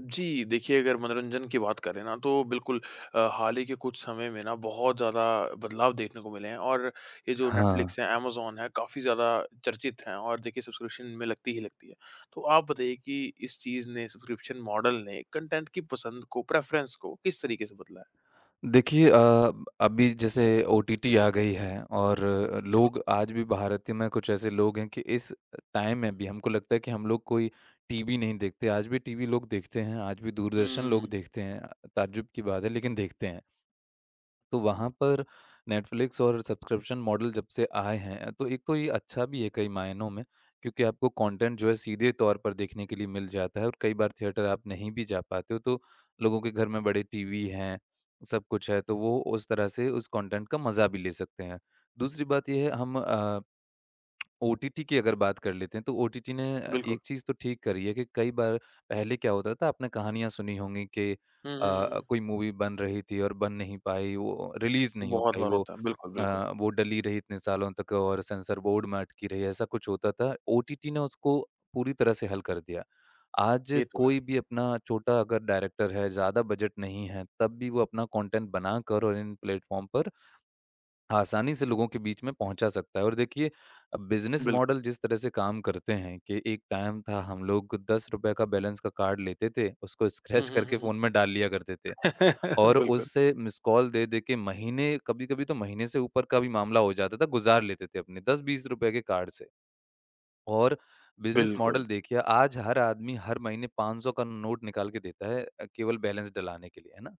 जी, देखिए अगर मनोरंजन की बात करें ना तो बिल्कुल हाल ही के कुछ समय में ना बहुत ज़्यादा बदलाव देखने को मिले हैं और ये जो हाँ, नेटफ्लिक्स है, अमेज़न है, काफ़ी ज़्यादा चर्चित हैं और देखिए सब्सक्रिप्शन में लगती ही लगती है। तो आप बताइए कि इस चीज़ ने सब्सक्रिप्शन मॉडल ने कंटेंट की पसंद को, प्रेफ़रेंस को किस तरीके से बदला है? देखिए अभी जैसे ओटीटी आ गई है और बिल्कुल। लोग आज भी भारत में कुछ ऐसे लोग हैं कि इस टाइम में भी हमको लगता है कि हम लोग कोई टीवी नहीं देखते। आज भी टीवी लोग देखते हैं, आज भी दूरदर्शन लोग हुँ, देखते हैं। ताज्जुब की बात है लेकिन देखते हैं। तो वहाँ पर नेटफ्लिक्स और सब्सक्रिप्शन मॉडल जब से आए हैं, तो एक तो ये अच्छा भी है कई मायनों में, क्योंकि आपको कंटेंट जो है सीधे तौर पर देखने के लिए मिल जाता है और कई बार थिएटर आप नहीं भी जा पाते हो, तो लोगों के घर में बड़े टीवी हैं, सब कुछ है, तो वो उस तरह से उस कंटेंट का मज़ा भी ले सकते हैं। दूसरी बात ये है हम ओटीटी की अगर बात कर लेते हैं, तो ओटीटी ने बिल्कुल। एक चीज़ तो ठीक करी है कि कई बार पहले क्या होता था आपने कहानियाँ सुनी होंगी कि हुँ, हुँ, हुँ, हुँ। कोई मूवी बन रही थी और बन नहीं पाई, वो रिलीज़ नहीं हो बहुत पाई बार होता है। बिल्कुल, अ, बिल्कुल। वो डली रही इतने सालों तक और सेंसर बोर्ड में अटकी रही, ऐसा कुछ होता था। ओटीटी ने उसको पूरी तरह से हल कर दिया। आज ये तो है। कोई भी अपना छोटा अगर डायरेक्टर है, ज़्यादा बजट नहीं है, तब भी वो अपना कंटेंट बनाकर और इन प्लेटफ़ॉर्म पर आसानी से लोगों के बीच में पहुंचा सकता है। और देखिए अब बिजनेस बिल्कुल। मॉडल जिस तरह से काम करते हैं कि एक टाइम था हम लोग 10 रुपए का बैलेंस का कार्ड लेते थे उसको हुँ, स्क्रैच हुँ, हुँ, करके हुँ। फोन में डाल लिया करते थे और बिल्कुल, उससे मिस कॉल दे दे के महीने कभी कभी तो महीने से ऊपर का भी मामला हो जाता था, गुजार लेते थे अपने दस बीस रुपए के कार्ड से। और बिजनेस बिल्कुल। मॉडल देखिए आज हर आदमी हर महीने 500 का नोट निकाल के देता है केवल बैलेंस डलाने के लिए, है ना।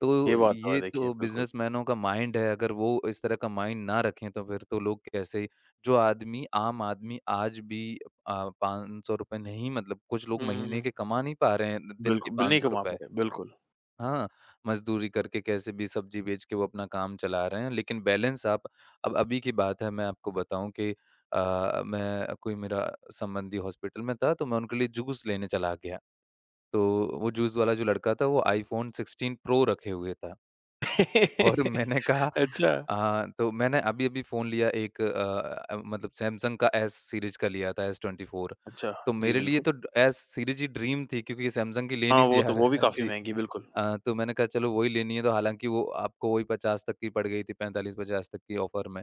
तो ये बात तो है ये देखिए, तो बिल्कुल। बिज़नेसमैनों का माइंड है, अगर वो इस तरह का माइंड ना रखें तो फिर तो लोग कैसे ही। जो आदमी आम आदमी आज भी ₹500 नहीं, मतलब कुछ लोग हुँ, हुँ, महीने हुँ। के कमा नहीं पा रहे हैं, द दिन के बिल्कुल, बिल नहीं ₹500। कमा पा रहे, बिल्कुल। हाँ, मज़दूरी करके कैसे भी सब्ज़ी बेच के वो अपना काम चला रहे हैं, लेकिन बैलेंस आप। अब अभी की बात है मैं आपको बताऊँ कि मैं, कोई मेरा संबंधी हॉस्पिटल में था तो मैं उनके लिए जूस लेने चला गया। तो वो जूस वाला जो लड़का था वो iPhone 16 प्रो रखे हुए था। और मैंने कहा अच्छा, तो मैंने अभी-अभी फ़ोन लिया एक, मतलब सैमसंग का एस सीरीज़ का लिया था, एस 24। अच्छा, तो जी मेरे लिए बिल्कुल। तो एस सीरीज़ ही ड्रीम थी क्योंकि सैमसंग की हाँ, लेनी थी वो तो यार वो भी काफ़ी जी। महँगी, बिल्कुल। तो मैंने कहा चलो वही लेनी है, तो हालाँकि वो आपको वही 50 तक की पड़ गई थी, 45-50 तक की ऑफ़र में।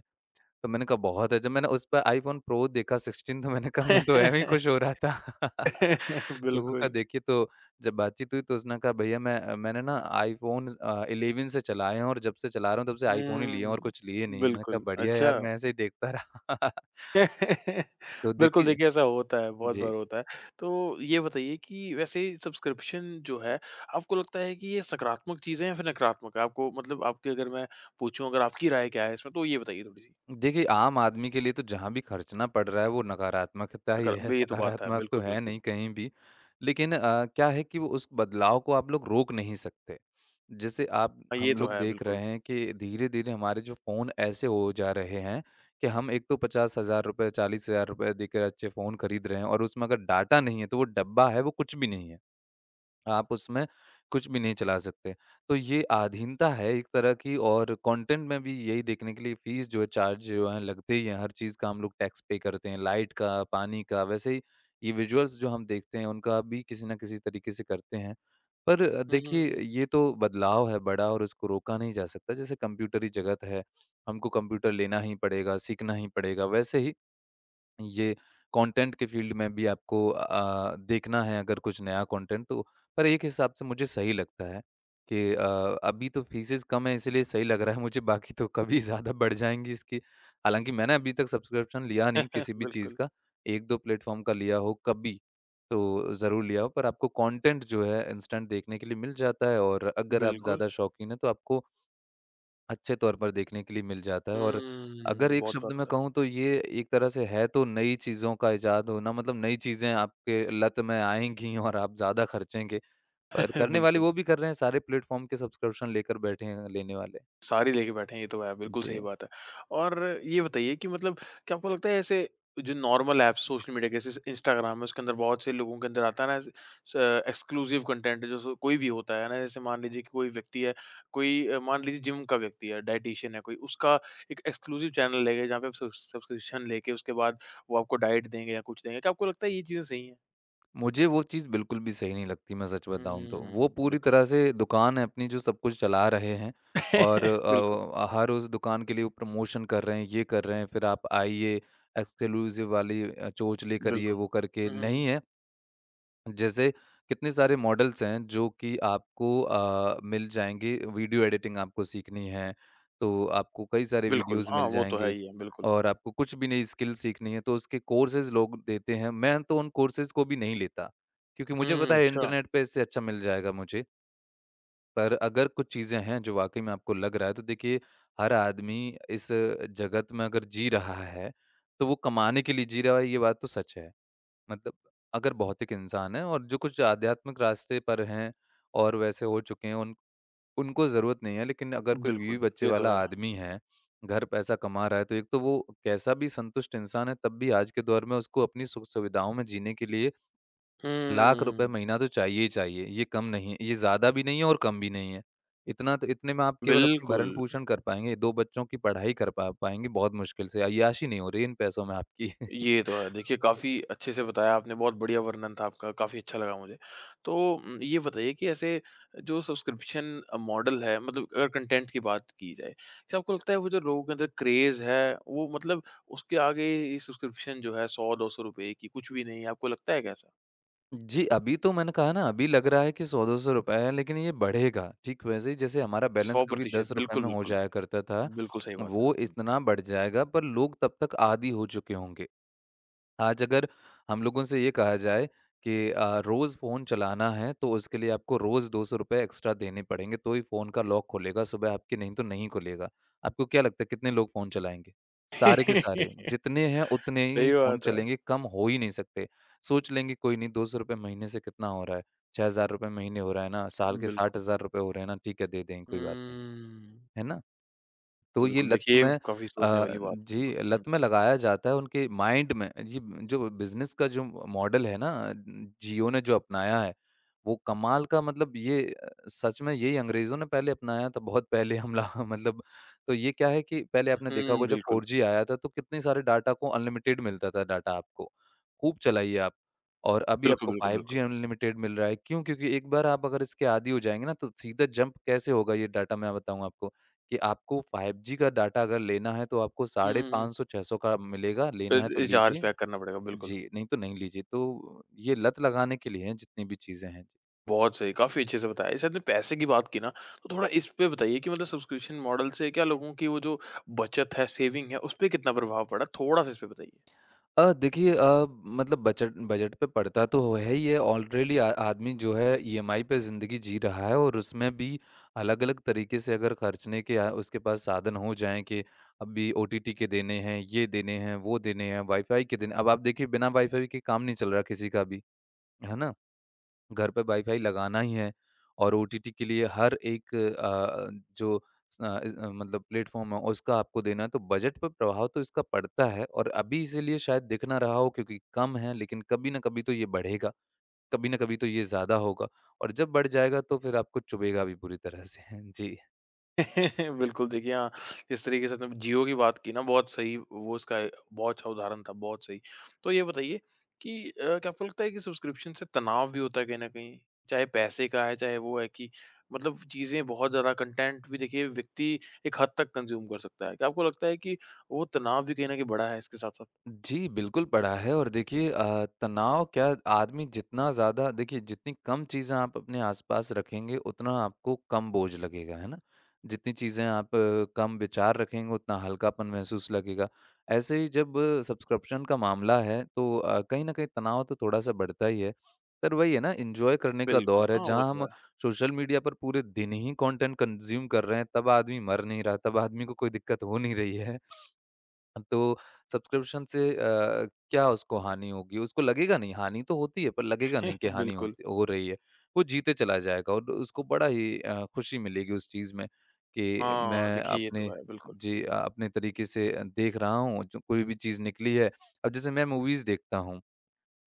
तो मैंने कहा बहुत है, जब मैंने उस पर आईफ़ोन प्रो देखा 16 तो मैंने कहा मैं तो ऐवें ही खुश हो रहा था। लोगों का बिल्कुल। देखिए तो जब बातचीत हुई तो उसने कहा भैया मैंने ना आईफ़ोन 11 से चलाए हैं और जब से चला रहा हूँ तब से आईफ़ोन ही लिए हैं हुँ, और कुछ लिए नहीं है। मैंने कहा बिल्कुल, बढ़िया है अच्छा। यार, मैं ऐसे ही देखता रहा। तो बिल्कुल, देखिए देखिए ऐसा होता है, बहुत जी। बार होता है। तो ये बताइए कि वैसे सब्सक्रिप्शन जो है, आपको लगता है कि ये सकारात्मक चीज़ है या फिर नकारात्मक है? आपको मतलब आपकी अगर मैं पूछूँ अगर आपकी राय क्या है इसमें, तो ये बताइए थोड़ी-सी? देखिए, आम आदमी के लिए तो जहाँ भी खर्चना पड़ रहा है वो नकारात्मकता ही है, अगर ये तो बात है, सकारात्मक तो बिल्कुल, है बिल्कुल। नहीं कहीं भी। लेकिन क्या है कि वो उस बदलाव को आप लोग रोक नहीं सकते। जैसे आप, हाँ, ये हम तो लोग है, देख रहे बिल्कुल। हैं कि धीरे-धीरे हमारे जो फ़ोन ऐसे हो जा रहे हैं कि हम एक तो ₹50,000 ₹40,000 देकर अच्छे फ़ोन खरीद रहे हैं और उसमें अगर डाटा नहीं है तो वो डब्बा है, वो कुछ भी नहीं है। आप उसमें कुछ भी नहीं चला सकते। तो ये आधीनता है एक तरह की, और कंटेंट में भी यही देखने के लिए फ़ीस जो है, चार्ज जो है, लगते ही हैं। हर चीज़ का हम लोग टैक्स पे करते हैं, लाइट का, पानी का, वैसे ही ये विजुअल्स जो हम देखते हैं उनका भी किसी न किसी तरीके से करते हैं। पर हुँ, हुँ, देखिए हुँ। ये तो बदलाव है बड़ा और इसको रोका नहीं जा सकता। जैसे कंप्यूटरी जगत है, हमको कंप्यूटर लेना ही पड़ेगा, सीखना ही पड़ेगा, वैसे ही ये कंटेंट के फील्ड में भी आपको देखना है अगर कुछ नया कंटेंट तो। पर एक हिसाब से मुझे सही लगता है कि अभी तो फीसेस कम है इसलिए सही लग रहा है मुझे, बाकी तो कभी ज़्यादा बढ़ जाएँगी इसकी। हालाँकि मैंने अभी तक सब्सक्रिप्शन लिया नहीं किसी भी चीज़ बिल्कुल। का, 1-2 प्लेटफ़ॉर्म का लिया हो कभी, तो ज़रूर लिया हो, पर आपको कंटेंट जो है इंस्टेंट देखने के लिए मिल जाता है और अगर आप बिल्कुल। ज़्यादा शौकीन हैं तो आपको अच्छे तौर पर देखने के लिए मिल जाता है। और अगर हुँ, एक बहुत बार शब्द में होता है। कहूँ तो ये एक तरह से है तो नई चीज़ों का इज़ाद होना, मतलब नई चीज़ें आपके लत में आएँगी और आप ज़्यादा खर्चेंगे। पर करने वाले बिल्कुल, वो भी कर रहे हैं, सारे प्लेटफ़ॉर्म के सब्सक्रिप्शन लेकर बैठे हैं लेने वाले। सारी लेके बैठे हैं, ये तो है, बिल्कुल सही जी। बात है। और ये बताइए कि मतलब क्या आपको लगता है ऐसे जो नॉर्मल ऐप्स सोशल मीडिया के जैसे इंस्टाग्राम है, उसके अंदर बहुत से लोगों के अंदर आता है ना ऐसे स एक्सक्लूसिव कंटेंट जो सो कोई भी होता है ना, जैसे मान लीजिए कि कोई व्यक्ति है, कोई मान लीजिए जिम का व्यक्ति है, डायटीशियन है कोई, उसका एक एक्सक्लूसिव चैनल लेके जहाँ पे आप सब्सक्रिप्शन लेके उसके बाद वो आपको डाइट देंगे या कुछ देंगे। क्या आपको लगता है ये चीज़ें सही हैं? मुझे वो चीज़ बिल्कुल भी सही नहीं लगती, मैं सच बताऊँ तो। हुँ, वो पूरी बिल्कुल। तरह से दुकान है अपनी, जो सब कुछ चला रहे हैं। और बिल्कुल। हर उस दुकान के लिए वो प्रमोशन कर रहे हैं, ये कर रहे हैं, फिर आप आइए एक्सक्लूसिव वाली चोंच लेकर, ये बिल्कुल। वो करके हुँ, हुँ, नहीं हुँ। है। जैसे कितने सारे मॉडल्स हैं जो कि आपको मिल जाएँगे, वीडियो एडिटिंग आपको सीखनी है, तो आपको कई सारे बिल्कुल, वीडियोज़ हाँ, मिल वो तो है जाएँगे। ही है, बिल्कुल। और आपको कुछ भी नई स्किल सीखनी है, तो उसके कोर्सेज़ लोग देते हैं। मैं तो उन कोर्सेज़ को भी नहीं लेता, क्योंकि मुझे हुँ। पता है अच्छा, इंटरनेट पे इससे अच्छा मिल जाएगा मुझे। पर अगर कुछ चीज़ें हैं जो वाक़ई में आपको लग रहा है, तो देखिए हर आदमी इस जगत में अगर जी रहा है, तो वो कमाने के लिए जी रहा है, ये बात तो सच है। मतलब अगर भौतिक इंसान है, और जो कुछ आध्यात्मिक रास्ते पर हैं और वैसे हो चुके हैं उन उनको ज़रूरत नहीं है, लेकिन अगर कोई बीवी बिल्कुल, बच्चे ये तो वाला है। आदमी है, घर पैसा कमा रहा है, तो एक तो वो कैसा भी संतुष्ट इंसान है तब भी आज के दौर में उसको अपनी सुख-सुविधाओं में जीने के लिए लाख रुपए हुँ। महीना तो चाहिए ही चाहिए। ये कम नहीं है, ये ज़्यादा भी नहीं है और कम भी नहीं है। इतना तो, इतने में आप केवल अपनी बिल्कुल, भरण-पोषण कर पाएँगे, 2 बच्चों की पढ़ाई कर पा पाएँगे बहुत मुश्किल से, अय्याशी नहीं हो रही है इन पैसों में आपकी। ये तो है। देखिए, काफ़ी अच्छे से बताया आपने, बहुत बढ़िया वर्णन था आपका, काफ़ी अच्छा लगा मुझे। तो ये बताइए कि ऐसे जो सब्सक्रिप्शन मॉडल है, मतलब अगर कंटेंट की बात की जाए, क्या आपको लगता है वो जो लोगों के अंदर क्रेज़ है, वो मतलब उसके आगे ये सब्सक्रिप्शन जो है ₹100-200 की कुछ भी नहीं है, आपको लगता है क्या ऐसा? जी, अभी तो मैंने कहा ना, अभी लग रहा है कि 100-200 रुपए है, लेकिन ये बढ़ेगा। ठीक वैसे ही जैसे हमारा बैलेंस कभी 100% ₹10 बिल्कुल, में हो बिल्कुल। जाया करता था, बिल्कुल सही बात है। वो हुँ। इतना बढ़ जाएगा पर लोग तब तक आदी हो चुके होंगे। आज अगर हम लोगों से ये कहा जाए कि रोज़ फ़ोन चलाना है तो उसके लिए आपको रोज़ ₹200 एक्स्ट्रा देने पड़ेंगे तो ही फ़ोन का लॉक खुलेगा सुबह आपके, नहीं तो नहीं खुलेगा। आपको क्या लगता है कितने लोग फ़ोन चलाएँगे? सारे के सारे, जितने हैं उतने ही सही फ़ोन बात है। चलेंगे, कम हो ही नहीं सकते। सोच लेंगे कोई नहीं, ₹200 महीने से कितना हो रहा है? ₹6000 महीने हो रहा है ना? साल के बिल्कुल। ₹60,000 हो रहे हैं ना? ठीक है, दे देंगे, हुँ। कोई बात नहीं है। है ना? तो बिल्कुल, ये बिल्कुल। लत देखिए ये में काफ़ी सोचने वाली अ, बात है, जी, बिल्कुल। लत हुँ। में लगाया जाता है उनके माइंड में। जी, जो बिज़नेस का जो मॉडल है ना, जियो ने जो अपनाया है, वो कमाल का, मतलब ये सच में यही अंग्रेज़ों ने पहले अपनाया था, बहुत पहले हमला मतलब। तो ये क्या है कि पहले आपने देखा हुँ, होगा जब बिल्कुल। 4G आया था तो कितने सारे डाटा को, अनलिमिटेड मिलता था डाटा आपको, खूब चलाइए आप। और अभी बिल्कुल, आपको बिल्कुल, 5G बिल्कुल। अनलिमिटेड मिल रहा है, क्यों? क्योंकि एक बार आप अगर इसके आदी हो जाएँगे ना तो सीधा जंप कैसे होगा ये डाटा मैं बताऊँ आपको। कि आपको 5G का डाटा अगर लेना है तो आपको हुँ, साढ़े हुँ, हुँ। 500-600 का मिलेगा, लेना है फिर तो ये चार्ज लीजिए। पैक करना पड़ेगा, बिल्कुल। जी, नहीं तो नहीं लीजिए। तो ये लत लगाने के लिए हैं जितनी भी चीज़ें हैं। बहुत सही, काफ़ी अच्छे से बताया। जैसे आपने पैसे की बात की ना, तो थोड़ा इस पे बताइए कि मतलब सब्सक्रिप्शन मॉडल से क्या लोगों की वो जो बचत है, सेविंग है, उस पे कितना प्रभाव पड़ा? थोड़ा-सा इस पे बताइए। देखिए मतलब बजट बजट पे पड़ता तो है ही है, ऑलरेडी आ आदमी जो है ईएमआई पे ज़िंदगी जी रहा है और उसमें भी अलग-अलग तरीके से अगर खर्चने के उसके पास साधन हो जाएँ कि अभी ओटीटी के देने हैं, ये देने हैं, वो देने हैं, वाईफ़ाई के देने, अब आप देखिए बिना वाईफ़ाई के काम नहीं चल रहा किसी का भी, है ना? घर पे वाईफ़ाई लगाना ही है और ओटीटी के लिए हर एक जो स अ, इस अ, मतलब प्लेटफ़ॉर्म है उसका आपको देना है, तो बजट पर प्रभाव तो इसका पड़ता है और अभी इसीलिए शायद दिख ना रहा हो क्योंकि कम है लेकिन कभी ना कभी तो ये बढ़ेगा, कभी ना कभी तो ये ज़्यादा होगा और जब बढ़ जाएगा तो फिर आपको चुभेगा भी पूरी तरह से। जी। बिल्कुल, देखिए हाँ, जिस तरीके से आपने जियो की बात की ना बहुत सही वो उसका बहुत अच्छा उदाहरण था, बहुत सही। तो ये बताइए कि क्या आपको लगता है कि सब्सक्रिप्शन से तनाव भी होता है कहीं न कहीं? चाहे पैसे का है, चाहे वो है कि मतलब चीज़ें बहुत ज़्यादा कंटेंट भी देखिए व्यक्ति एक हद तक कंज़्यूम कर सकता है। क्या आपको लगता है कि वो तनाव भी कहीं न कहीं बढ़ा है इसके साथ-साथ? जी, बिल्कुल पड़ा है और देखिए तनाव क्या आदमी जितना ज़्यादा देखिए जितनी कम चीज़ें आप अपने आस-पास रखेंगे, उतना आपको कम बोझ लगेगा, है ना? जितनी चीज़ें आप कम विचार रखेंगे, उतना हल्कापन महसूस लगेगा। ऐसे ही जब सब्सक्रिप्शन का मामला है, तो कहीं न कहीं तनाव तो थोड़ा-सा बढ़ता ही है। पर वही है ना, एन्जॉय करने का बिल्कुल, दौर है, हाँ, वो जहाँ तो हम है। सोशल मीडिया पर पूरे दिन ही कंटेंट कंज़्यूम कर रहे हैं, तब आदमी मर नहीं रहा, तब आदमी को कोई दिक्कत हो नहीं रही है। तो सब्सक्रिप्शन से क्या उसको हानि होगी? उसको लगेगा नहीं, हानि तो होती है पर लगेगा नहीं कि हानि बिल्कुल। होती हो रही है। वो जीते चला जाएगा और उसको बड़ा ही खुशी मिलेगी उस चीज़ में कि हाँ, मैं देखिए ये तो अपने है, बिल्कुल। जी अपने तरीके से देख रहा हूँ, जो कोई भी चीज़ निकली है। अब जैसे मैं मूवीज़ देखता हूँ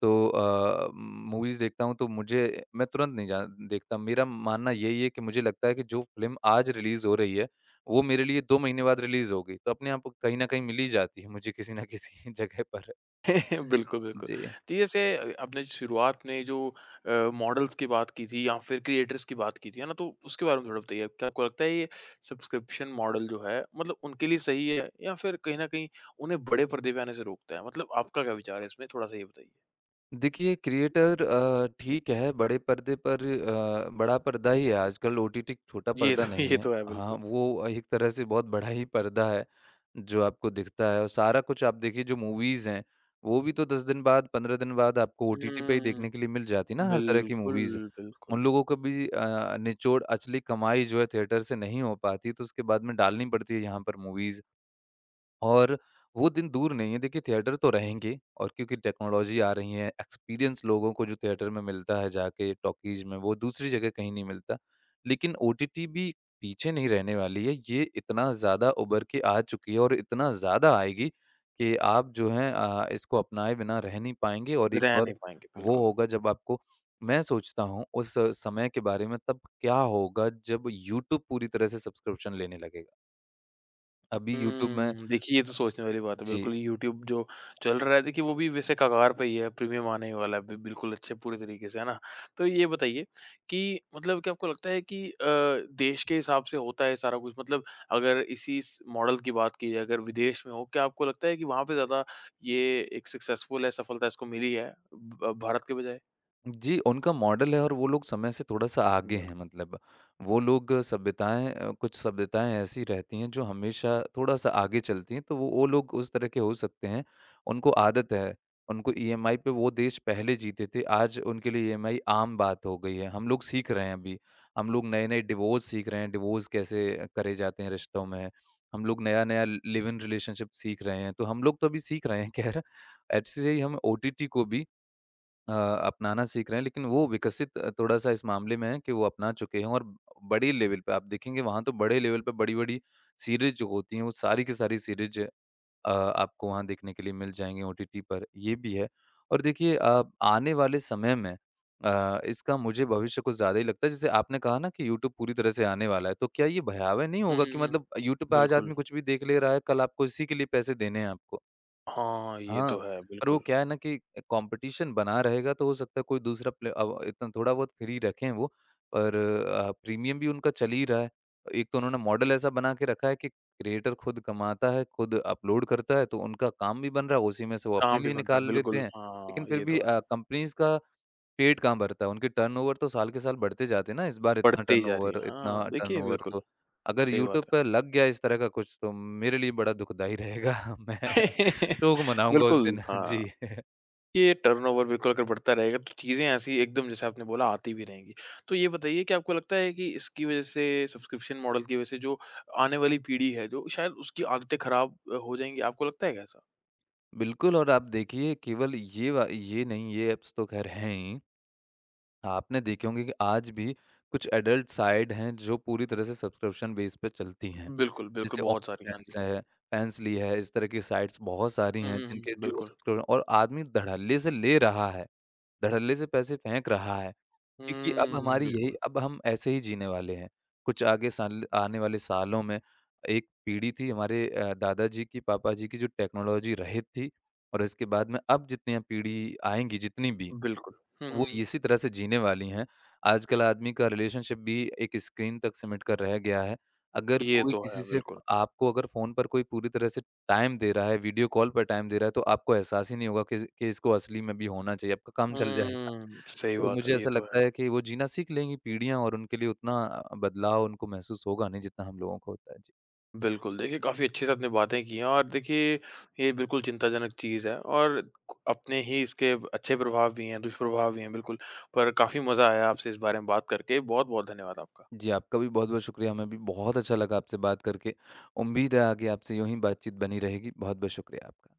तो मूवीज़ देखता हूँ तो मुझे मैं तुरंत नहीं जा देखता। मेरा मानना यही है कि मुझे लगता है कि जो फ़िल्म आज रिलीज़ हो रही है, वो मेरे लिए 2 महीने बाद रिलीज़ होगी। तो अपने आप को कहीं न कहीं मिल ही जाती है मुझे किसी न किसी जगह पर। बिल्कुल, बिल्कुल। जी। तो जैसे आपने शुरुआत में जो मॉडल्स की बात की थी या फिर क्रिएटर्स की बात की थी, है ना? तो उसके बारे में थोड़ा बताइए। क्या आपको लगता है ये सब्सक्रिप्शन मॉडल जो है मतलब उनके लिए सही है या फिर कहीं न कहीं उन्हें बड़े पर्दे पे आने से रोकता है? मतलब आपका क्या विचार है इसमें? थोड़ा-सा ये बताइए। देखिए क्रिएटर ठीक है, बड़े पर्दे पर बड़ा पर्दा ही है आजकल ओटीटी छोटा ये पर्दा तो नहीं ये है। तो है हाँ, बिल्कुल। वो एक तरह से बहुत बड़ा ही पर्दा है, जो आपको दिखता है और सारा कुछ आप देखिए जो मूवीज़ हैं, वो भी तो 10 दिन बाद, 15 दिन बाद आपको ओटीटी पे ही हुँ, देखने के लिए मिल जाती है ना हर तरह की बिल्कुल, मूवीज़। बिल्कुल। उन लोगों को भी निचोड़ असली कमाई जो है थिएटर से नहीं हो पाती, तो उसके बाद में डालनी पड़ती है यहाँ पर मूवीज़। और वो दिन दूर नहीं है। देखिए थिएटर तो रहेंगे और क्योंकि टेक्नोलॉजी आ रही है, एक्सपीरियंस लोगों को जो थिएटर में मिलता है जाके टॉकीज़ में वो दूसरी जगह कहीं नहीं मिलता। लेकिन ओटीटी भी पीछे नहीं रहने वाली है। ये इतना ज़्यादा उभर के आ चुकी है और इतना ज़्यादा आएगी कि आप जो हैं इसको अपनाए बिना रह नहीं पाएँगे और एक रह और नहीं पाएँगे, वो बिल्कुल। होगा जब आपको मैं सोचता हूँ उस समय के बारे में तब क्या होगा जब यूट्यूब पूरी तरह से सब्सक्रिप्शन लेने लगेगा। अभी यूट्यूब में हुँ, देखिए ये तो सोचने वाली बात है। जी। बिल्कुल यूट्यूब जो चल रहा है देखिए वो भी वैसे कगार पे ही है, प्रीमियम आने ही वाला है बि बिल्कुल अच्छे पूरे तरीके से, है ना? तो ये बताइए कि मतलब क्या आपको लगता है कि देश के हिसाब से होता है सारा कुछ? मतलब अगर इसी स मॉडल की बात की जाए अगर विदेश में हो, क्या आपको लगता है कि वहाँ पे ज़्यादा ये एक सक्सेसफुल है, सफलता इसको मिली है ब भारत के बजाय? जी, उनका मॉडल है और वो लोग समय से थोड़ा-सा आगे बिल्क हैं मतलब। वो लोग सभ्यताएँ कुछ सभ्यताएँ ऐसी रहती हैं जो हमेशा थोड़ा-सा आगे चलती हैं, तो वो लोग उस तरह के हो सकते हैं। उनको आदत है, उनको ईएमआई पे वो देश पहले जीते थे, आज उनके लिए ईएमआई आम बात हो गई है। हम लोग सीख रहे हैं अभी, हम लोग नए-नए डिवोर्स सीख रहे हैं, डिवोर्स कैसे करे जाते हैं रिश्तों में। हम लोग नया-नया लिव इन रिलेशनशिप सीख रहे हैं, तो हम लोग तो अभी सीख रहे हैं ख़ैर। ऐसे ही हम ओटीटी को भी अ, अपनाना सीख रहे हैं, लेकिन वो विकसित थोड़ा-सा इस मामले में है कि वो अपना चुके हैं और बड़ी लेवल पे आप देखेंगे वहाँ तो बड़े लेवल पे बड़ी-बड़ी सीरीज़ जो होती हैं, वो सारी की सारी सीरीज़ आपको वहाँ देखने के लिए मिल जाएँगी ओटीटी पर, ये भी है। और देखिए आने वाले समय में इसका मुझे भविष्य कुछ ज़्यादा ही लगता है, जैसे आपने कहा ना कि यूट्यूब पूरी तरह से आने वाला है, तो क्या ये भयावह नहीं हुँ, होगा हुँ, कि हुँ। मतलब यूट्यूब पे आज बिल्कुल। आदमी कुछ भी देख ले रहा है, कल आपको इसी के लिए पैसे देने हैं आपको? हाँ, ये हाँ, तो है पर वो बिल्कुल। क्या है ना कि कॉम्पिटिशन बना रहेगा तो हो सकता है कोई दूसरा प्ले अब इतना थोड़ा बहुत फ्री रखें वो पर प्रीमियम भी उनका चल ही रहा है। एक तो उन्होंने मॉडल ऐसा बना के रखा है कि क्रिएटर खुद कमाता है, खुद अपलोड करता है तो उनका काम भी बन रहा है, उसी में से वो अपने काम भी लिए बन रहा है, निकाल लेते बिल्कुल। हैं। लेकिन हाँ, फिर ये भी तो है। कंपनीज़ का पेट कहाँ भरता है? उनके टर्नओवर तो साल के साल बढ़ते जाते हैं ना, इस बार बढ़ते ही जा रही है। हाँ, इतना देखिए टर्नओवर बिल्कुल, तो अगर सही यूट्यूब बात पे लग गया इस तरह का कुछ तो मेरे लिए बड़ा दुखदाई रहेगा। मैं है। शोक मनाऊँगा उस बिल्कुल, दिन। हाँ, जी। ये टर्नओवर बिल्कुल अगर बढ़ता रहेगा तो चीज़ें ऐसी एकदम जैसे आपने बोला आती भी रहेंगी। तो ये बताइए कि आपको लगता है कि इसकी वज़ह से सब्सक्रिप्शन मॉडल की वज़ह से जो आने वाली पीढ़ी है जो शायद उसकी आदतें ख़राब हो जाएँगी, आपको लगता है क्या ऐसा? बिल्कुल और आप देखिए केवल ये वा ये नहीं, ये ऐप्स तो ख़ैर हैं ही। आपने देखे होंगे कि आज भी कुछ एडल्ट साइट हैं जो पूरी तरह से सब्सक्रिप्शन बेस पे चलती हैं। बिल्कुल, बिल्कुल, जैसे बहुत सारी हैं। हाँ ऑनलीफैन्स जी। है, फैंसली है, इस तरह की साइट्स बहुत सारी हुँ, हैं हुँ, जिनके हुँ, जो बिल्कुल। सब्सक्रिप्शन और आदमी धड़ल्ले से ले रहा है। धड़ल्ले से पैसे फेंक रहा है, क्योंकि अब हुँ, हमारी यही बिल्कुल, अब हम ऐसे ही जीने वाले हैं। कुछ आगे साल आने वाले सालों में एक पीढ़ी थी हमारे दादाजी की, पापा जी की जो टेक्नोलॉजी रहित थी और इसके बाद में अब जितनी पीढ़ी आएँगी जितनी भी, बिल्कुल। हुँ, वो हुँ, हुँ। इसी तरह से जीने वाली हैं। आजकल आदमी का रिलेशनशिप भी एक स्क्रीन तक सिमट कर रह गया है। अगर ये कोई तो किसी है, से बिल्कुल। आपको अगर फ़ोन पर कोई पूरी तरह से टाइम दे रहा है, वीडियो कॉल पर टाइम दे रहा है, तो आपको एहसास ही नहीं होगा कि इसको असली में भी होना चाहिए, आपका काम चल जाएगा। हुँ, सही तो बात मुझे है, ये ऐसा तो है। लगता है कि वो जीना सीख लेंगी पीढ़ियाँ और उनके लिए उतना बदलाव उनको महसूस होगा नहीं जितना हम लोगों को होता है। जी। बिल्कुल, देखिए काफ़ी अच्छे से आपने बातें की हैं और देखिए ये बिल्कुल चिंताजनक चीज़ है और अपने ही इसके अच्छे प्रभाव भी हैं, दुष्प्रभाव भी हैं बिल्कुल। पर काफ़ी मज़ा आया आपसे इस बारे में बात करके। बहुत-बहुत धन्यवाद आपका। जी, आपका भी बहुत-बहुत शुक्रिया। हमें भी बहुत अच्छा लगा आपसे बात करके। उम्मीद है आगे आपसे यूँ ही बातचीत बनी रहेगी। बहुत-बहुत शुक्रिया आपका।